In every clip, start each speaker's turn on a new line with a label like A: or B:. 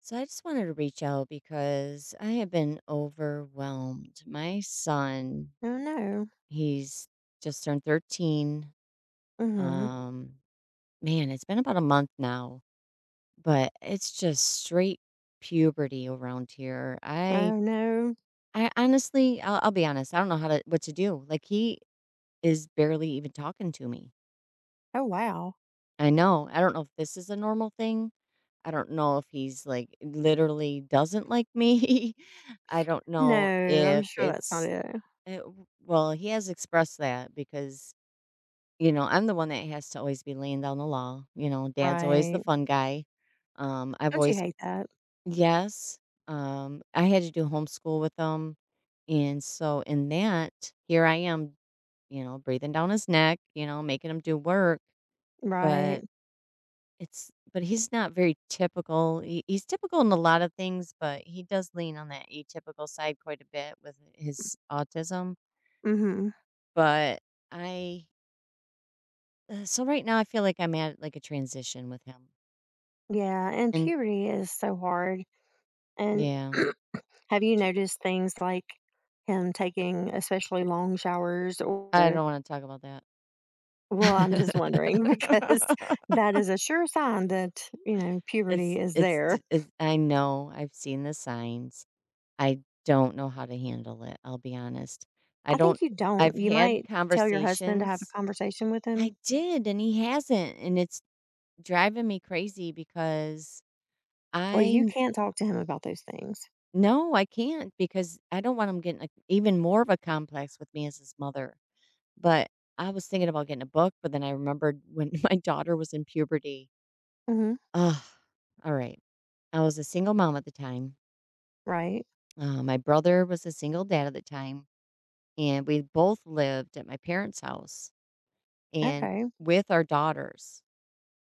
A: So I just wanted to reach out because I have been overwhelmed. My son,
B: Oh, no.
A: he's just turned 13.
B: Mhm.
A: Um, Man, it's been about a month now, but it's just straight puberty around here.
B: Oh,
A: I
B: no.
A: I honestly, I'll be honest, I don't know how to what to do. Like, he is barely even talking to me.
B: Oh, wow.
A: I know. I don't know if this is a normal thing. I don't know if he's like literally doesn't like me. I don't know
B: No, I'm
A: if
B: sure that's not it.
A: well, he has expressed that because, you know, I'm the one that has to always be laying down the law. You know, dad's always the
B: Right.
A: fun guy. I've
B: Don't you
A: always
B: hate that?
A: yes. I had to do homeschool with them. And so in that, here I am, you know, breathing down his neck, you know, making him do work. But
B: Right.
A: but he's not very typical. He's typical in a lot of things, but he does lean on that atypical side quite a bit with his autism,
B: Mhm.
A: but I so right now I feel like I'm at, like, a transition with him,
B: Yeah, and
A: and
B: puberty is so hard, and
A: yeah.
B: have you
A: tr
B: noticed things like him taking especially long showers
A: I
B: or
A: don't wanna talk about that.
B: well, I'm just wondering because that is a sure sign that puberty
A: It's
B: is
A: it's
B: there.
A: d it's I know, I've seen the signs. I don't know how to handle it, I'll be honest. I
B: I
A: don't
B: think you don't.
A: I've
B: You
A: had
B: might tell your husband to have a
A: conversations
B: conversation with him.
A: I did, and he hasn't, and it's driving me crazy because
B: Well,
A: I
B: you
A: n-
B: can't talk to him about those things.
A: no, I can't because I don't want him getting like even more of a complex with me as his mother. But I was thinking about getting a book, but then I remembered when my daughter was in puberty.
B: Mhm.
A: Ugh, all right. I was a single mom at the time.
B: Right.
A: My brother was a single dad at the time, and we both lived at my parents' house and
B: Okay.
A: with our daughters.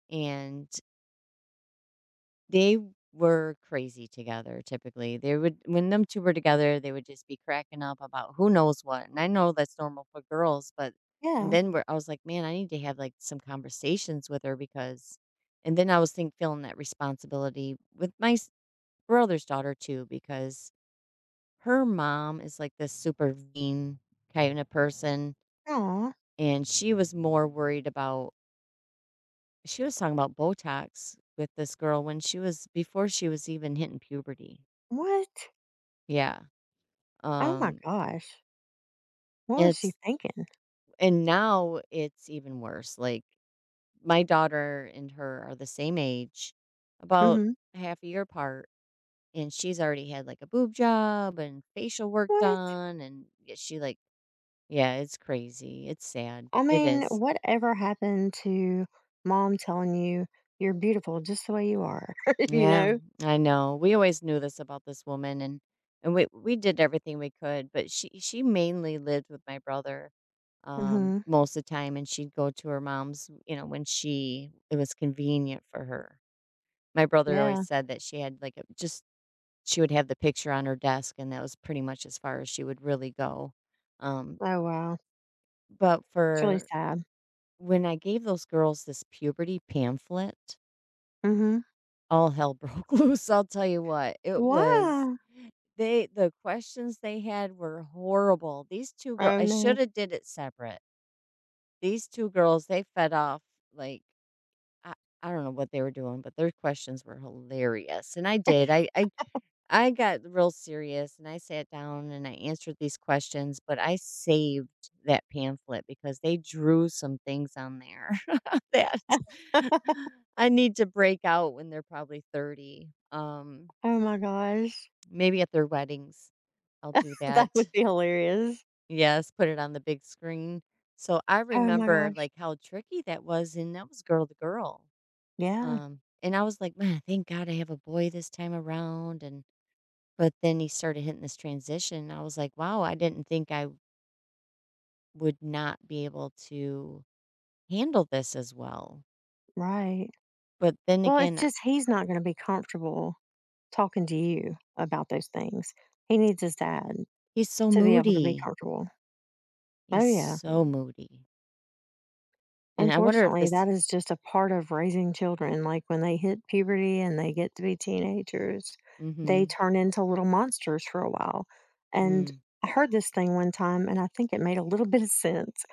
A: And They were crazy together, typically. They would When them 2 were together, they would just be cracking up about who knows what, and I know that's normal for girls, but and
B: Yeah.
A: then where I was like, "Man, I need to have, like, some conversations with her because," and then I was think feeling that responsibility with my s brother's daughter too because her mom is, like, this super mean kind of person,
B: Aw.
A: and she was more worried about she was talking about Botox with this girl when she was before she was even hitting puberty.
B: What?
A: Yeah.
B: Oh my
A: Um,
B: gosh. What was she
A: it's
B: thinking?
A: And now it's even worse. Like, my daughter and her are the same age, about
B: Mhm.
A: half a year apart, and she's already had like a boob job and facial work
B: What?
A: done, and she like, yeah, it's crazy. It's sad.
B: I
A: It
B: mean,
A: is.
B: whatever happened to mom telling you you're beautiful just the way you are, you
A: Yeah,
B: know?
A: I know. We always knew this about this woman, and we did everything we could, but she mainly lived with my brother
B: Mhm.
A: most of the time, and she'd go to her mom's, you know, when she it was convenient for her. My brother always
B: Yeah.
A: said that she had like a, just she would have the picture on her desk, and that was pretty much as far as she would really go. Um
B: Oh wow.
A: but
B: That's really
A: for
B: sad.
A: When I gave those girls this puberty pamphlet,
B: Mhm.
A: all hell broke loose, I'll tell you what. It was
B: Wow.
A: They The questions they had were horrible. These 2 girls,
B: Oh
A: I
B: no.
A: shoulda did it separate. These 2 girls, they fed off, like, I I don't know what they were doing, but their questions were hilarious, and I did. I I got real serious, and I sat down, and I answered these questions, but I saved that pamphlet because they drew some things on there that I need to break out when they're probably 30.
B: Oh my gosh.
A: Maybe at their weddings, I'll do
B: That
A: that.
B: would be hilarious.
A: Yes, put it on the big screen. So I
B: Oh my
A: remember
B: gosh.
A: like how tricky that was, and that was girl to girl.
B: Yeah.
A: And I was like, man, thank God I have a boy this time around. And but then he started hitting this transition. I was like, wow, I didn't think I would not be able to handle this as well.
B: Right.
A: But then
B: Well,
A: again,
B: it's just he's not gonna be comfortable talking to you about those things. He needs his dad
A: he's so
B: to be able to be
A: moody.
B: comfortable. Oh,
A: He's
B: yeah.
A: so moody, and I wonder if
B: Unfortunately,
A: this.
B: that is just a part of raising children. Like, when they hit puberty and they get to be teenagers, they
A: Mm-hmm.
B: turn into little monsters for a while. And
A: Mm.
B: I heard this thing one time, and I think it made a little bit of sense.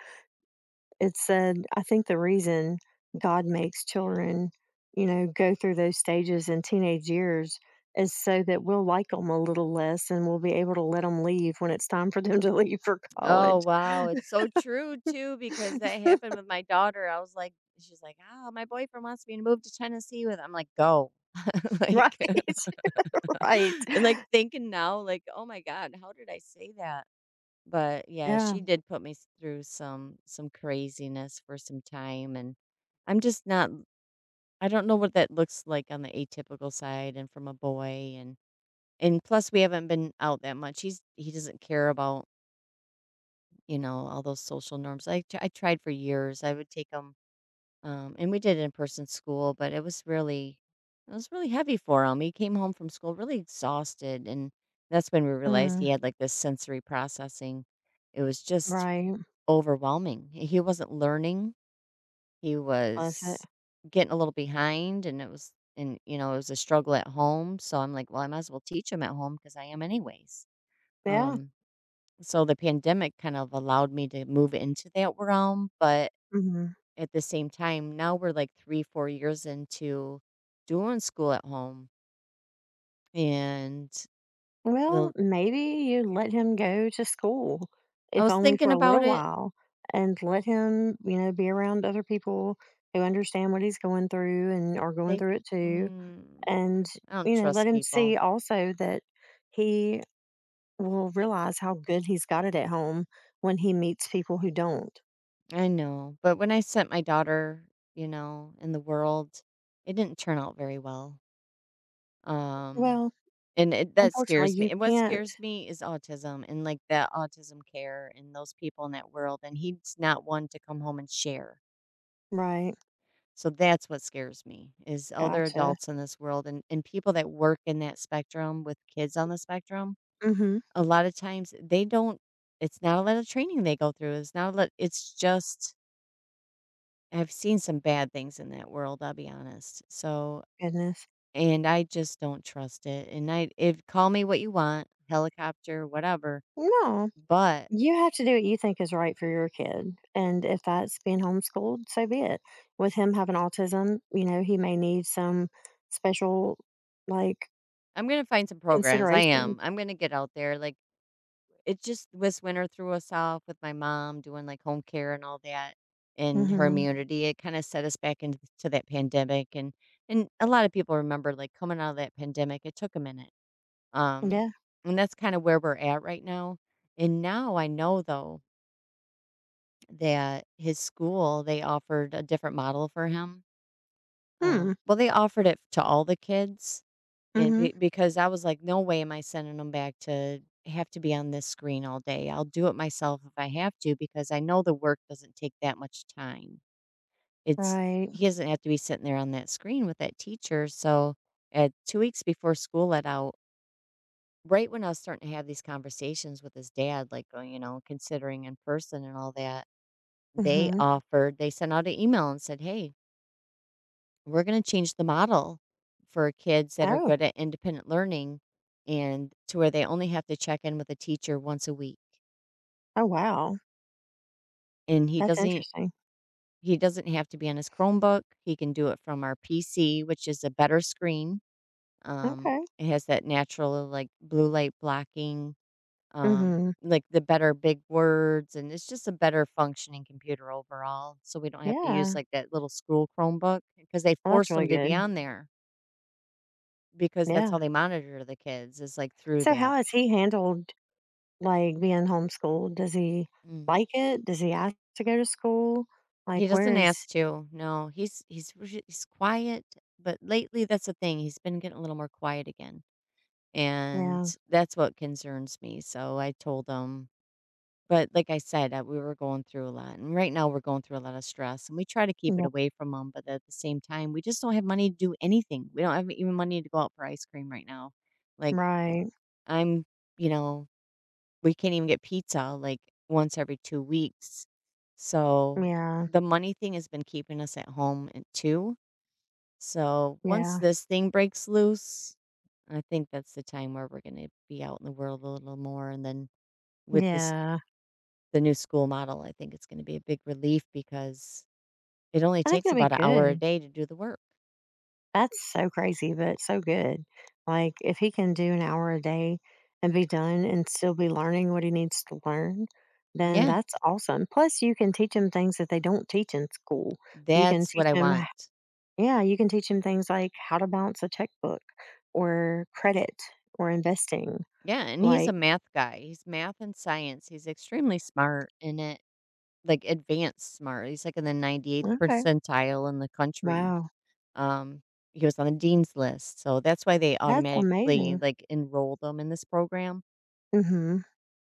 B: It said, I think the reason God makes children, you know, go through those stages in teenage years is so that we'll like them a little less and we'll be able to let them leave when it's time for them to leave for
A: Oh,
B: college.
A: wow, it's so true too because that happened with my daughter. I was like She's like, "Oh, my boyfriend wants me to move to Tennessee with," I'm like, "Go."
B: Right,
A: Like and
B: right.
A: like thinking now, like, "Oh my god, how did I say that?" But yeah,
B: Yeah.
A: she did put through some craziness for some time, and I'm just not, I don't know what that looks like on the atypical side and from a boy, and plus we haven't been out that much. He doesn't care about, you know, all those social norms. I tried for years. I would take him, and we did in person school, but it was really heavy for him. He came home from school really exhausted, and that's when we realized
B: Mm,
A: he had like this sensory processing. It was just
B: right.
A: overwhelming. He wasn't learning. He
B: Bless it.
A: was getting a little behind, and it was, and you know, it was a struggle at home. So I'm like, well, I might as well teach him at home because I am anyways.
B: Yeah.
A: Um, so the pandemic kind of allowed me to move into that realm, but
B: Mhm.
A: at the same time, now we're like 3 4 years into doing school at home and
B: Well,
A: the
B: maybe you let him go to school,
A: I
B: if
A: was
B: only for
A: thinking
B: a
A: about
B: little
A: it.
B: while, and let him, you know, be around other people who understand what he's going through and are going
A: They
B: through it too.
A: Mm,
B: And,
A: I don't
B: you know, let
A: trust
B: him see
A: people.
B: also that he will realize how good he's got it at home when he meets people who don't.
A: I know, but when I sent my daughter, you know, in the world, it didn't turn out very well. Um
B: Well,
A: And it that
B: unfortunately,
A: scares me,
B: you
A: and what
B: can't.
A: scares me is autism and, like, that autism care and those people in that world, and he's not one to come home and share.
B: Right.
A: So that's what scares me, is other
B: Gotcha.
A: adults in this world and people that work in that spectrum with kids on the spectrum,
B: Mm hmm.
A: a lot of times, they don't, it's not a lot of training they go through, it's not a lot, it's just I've seen some bad things in that world, I'll be honest. So
B: Goodness.
A: and I just don't trust it, and I, if call me what you want, helicopter, whatever.
B: No,
A: But
B: you have to do what you think is right for your kid. And if that's being homeschooled, so be it. With
A: s
B: him having autism, you know, he may need some special, like,
A: I'm gonna find some programs, I
B: considerations.
A: am. I'm gonna get out there, like, it just this winter threw us off with my mom doing, like, home care and all that and her
B: Mhm.
A: immunity. It kinda set us back into to that pandemic, and a lot of people remember, like, coming out of that pandemic, it took a minute, um,
B: Yeah.
A: and that's kinda where we're at right now, and now I know, though, that his school, they offered a different model for him,
B: Hmm.
A: well, they offered it to all the kids. And
B: Mhm.
A: be because I was like, "No way am I sending 'em back to have to be on this screen all day. I'll do it myself if I have to because I know the work doesn't take that much time." It's
B: Right.
A: he doesn't have to be sitting there on that screen with that teacher, so, at 2 weeks before school let out, right when I was starting to have these conversations with his dad, like, oh, you know, considering in person and all that,
B: Mhm.
A: they sent out an email and said, "Hey, we're gonna change the model for kids that are
B: Oh.
A: good at independent learning and to where they only have to check in with a teacher once a week."
B: Oh, wow.
A: And he
B: That's
A: doesn't
B: interesting.
A: he doesn't have to be on his Chromebook. He can do it from our PC, which is a better screen. Um,
B: Okay.
A: it has that natural like blue light blocking,
B: Mhm.
A: like the better big words, and it's just a better functioning computer overall. So we don't have to use
B: Yeah.
A: like that little school Chromebook because they
B: Well, that's
A: force
B: really
A: them to be
B: good.
A: on there. Because that's
B: Yeah.
A: how they monitor the kids is, like, through
B: So how
A: that.
B: has he handled, like, being homeschooled? Does he
A: Mm.
B: like it? Does he ask to go to school?
A: He
B: Like, where
A: doesn't
B: is
A: ask to, no, he's quiet, but lately, that's the thing, he's been getting a little more quiet again, and
B: Yeah.
A: that's what concerns me, so I told him, but like I said, we were going through a lot, and right now we're going through a lot of stress, and we try to keep it
B: Yeah.
A: away from him, but at the same time, we just don't have money to do anything. We don't have even money to go out for ice cream right now. Like,
B: Right.
A: I'm you know we can't even get pizza like once every 2 weeks. So,
B: Yeah.
A: the money thing has been keeping us at home and too. So, once
B: Yeah.
A: this thing breaks loose, I think that's the time where we're gonna be out in the world a little more, and then with this
B: Yeah.
A: the new school model, I think it's gonna be a big relief because it only
B: I think
A: takes
B: it'll be
A: about an hour a
B: good.
A: day to do the work.
B: That's so crazy, but so good. Like, if he can do an hour a day and be done and still be learning what he needs to learn, then
A: Yeah,
B: that's awesome. Plus, you can teach him things that they don't teach in school. You can
A: that's
B: teach
A: what I
B: him,
A: want.
B: yeah, you can teach him things like how to balance a checkbook or credit or investing.
A: Yeah, and he's a
B: Like,
A: math guy. He's math and science. He's extremely smart in it. Like, advanced smart, he's, like, in the 98th
B: okay.
A: percentile in the country.
B: Wow.
A: Um, he was on the dean's list, so that's why they
B: That's
A: automatically,
B: amazing.
A: like, enrolled him in this program
B: Hmm.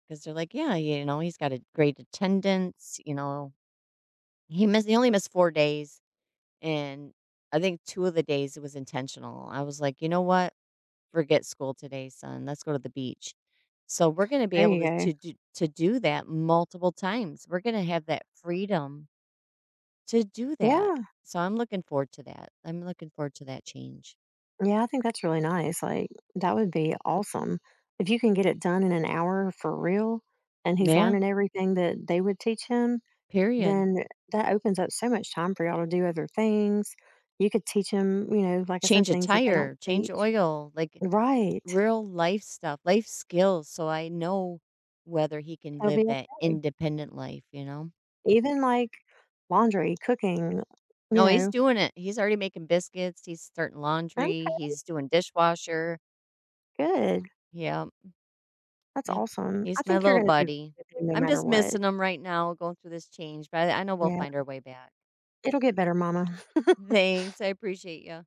A: because 'cause they're like, "Yeah, you know, he's got a great attendance," you know? He only missed 4 days, and I think 2 of the days it was intentional. I was like, "You know what? Forget school today, son. Let's go to the beach." So, we're gonna be
B: There
A: able
B: you
A: to
B: go.
A: to do that multiple times. We're gonna have that freedom to do that.
B: Yeah.
A: So I'm looking forward to that. I'm looking forward to that change.
B: Yeah, I think that's really nice. Like, that would be awesome. If you can get it done in an hour for real and he's
A: Yeah,
B: learning everything that they would teach him,
A: period.
B: then that opens up so much time for y'all to do other things. You could teach him, you know, like I said,
A: Change a
B: things that they don't
A: tire, change
B: teach.
A: oil, like,
B: Right.
A: real life stuff, life skills. So I know whether he can
B: He'll be
A: live that
B: okay.
A: independent life, you know?
B: Even like laundry, cooking, you
A: No, he's
B: know.
A: doing it. He's already making biscuits. He's starting laundry.
B: Okay,
A: He's doing dishwasher.
B: good.
A: Yep.
B: That's
A: Yep.
B: awesome. I
A: He's my
B: think you're
A: little
B: going to do
A: buddy.
B: good no
A: I'm
B: matter
A: just
B: what.
A: missing him right now going through this change, but I know we'll
B: Yeah.
A: find our way back.
B: It'll get better, mama.
A: Thanks. I appreciate you.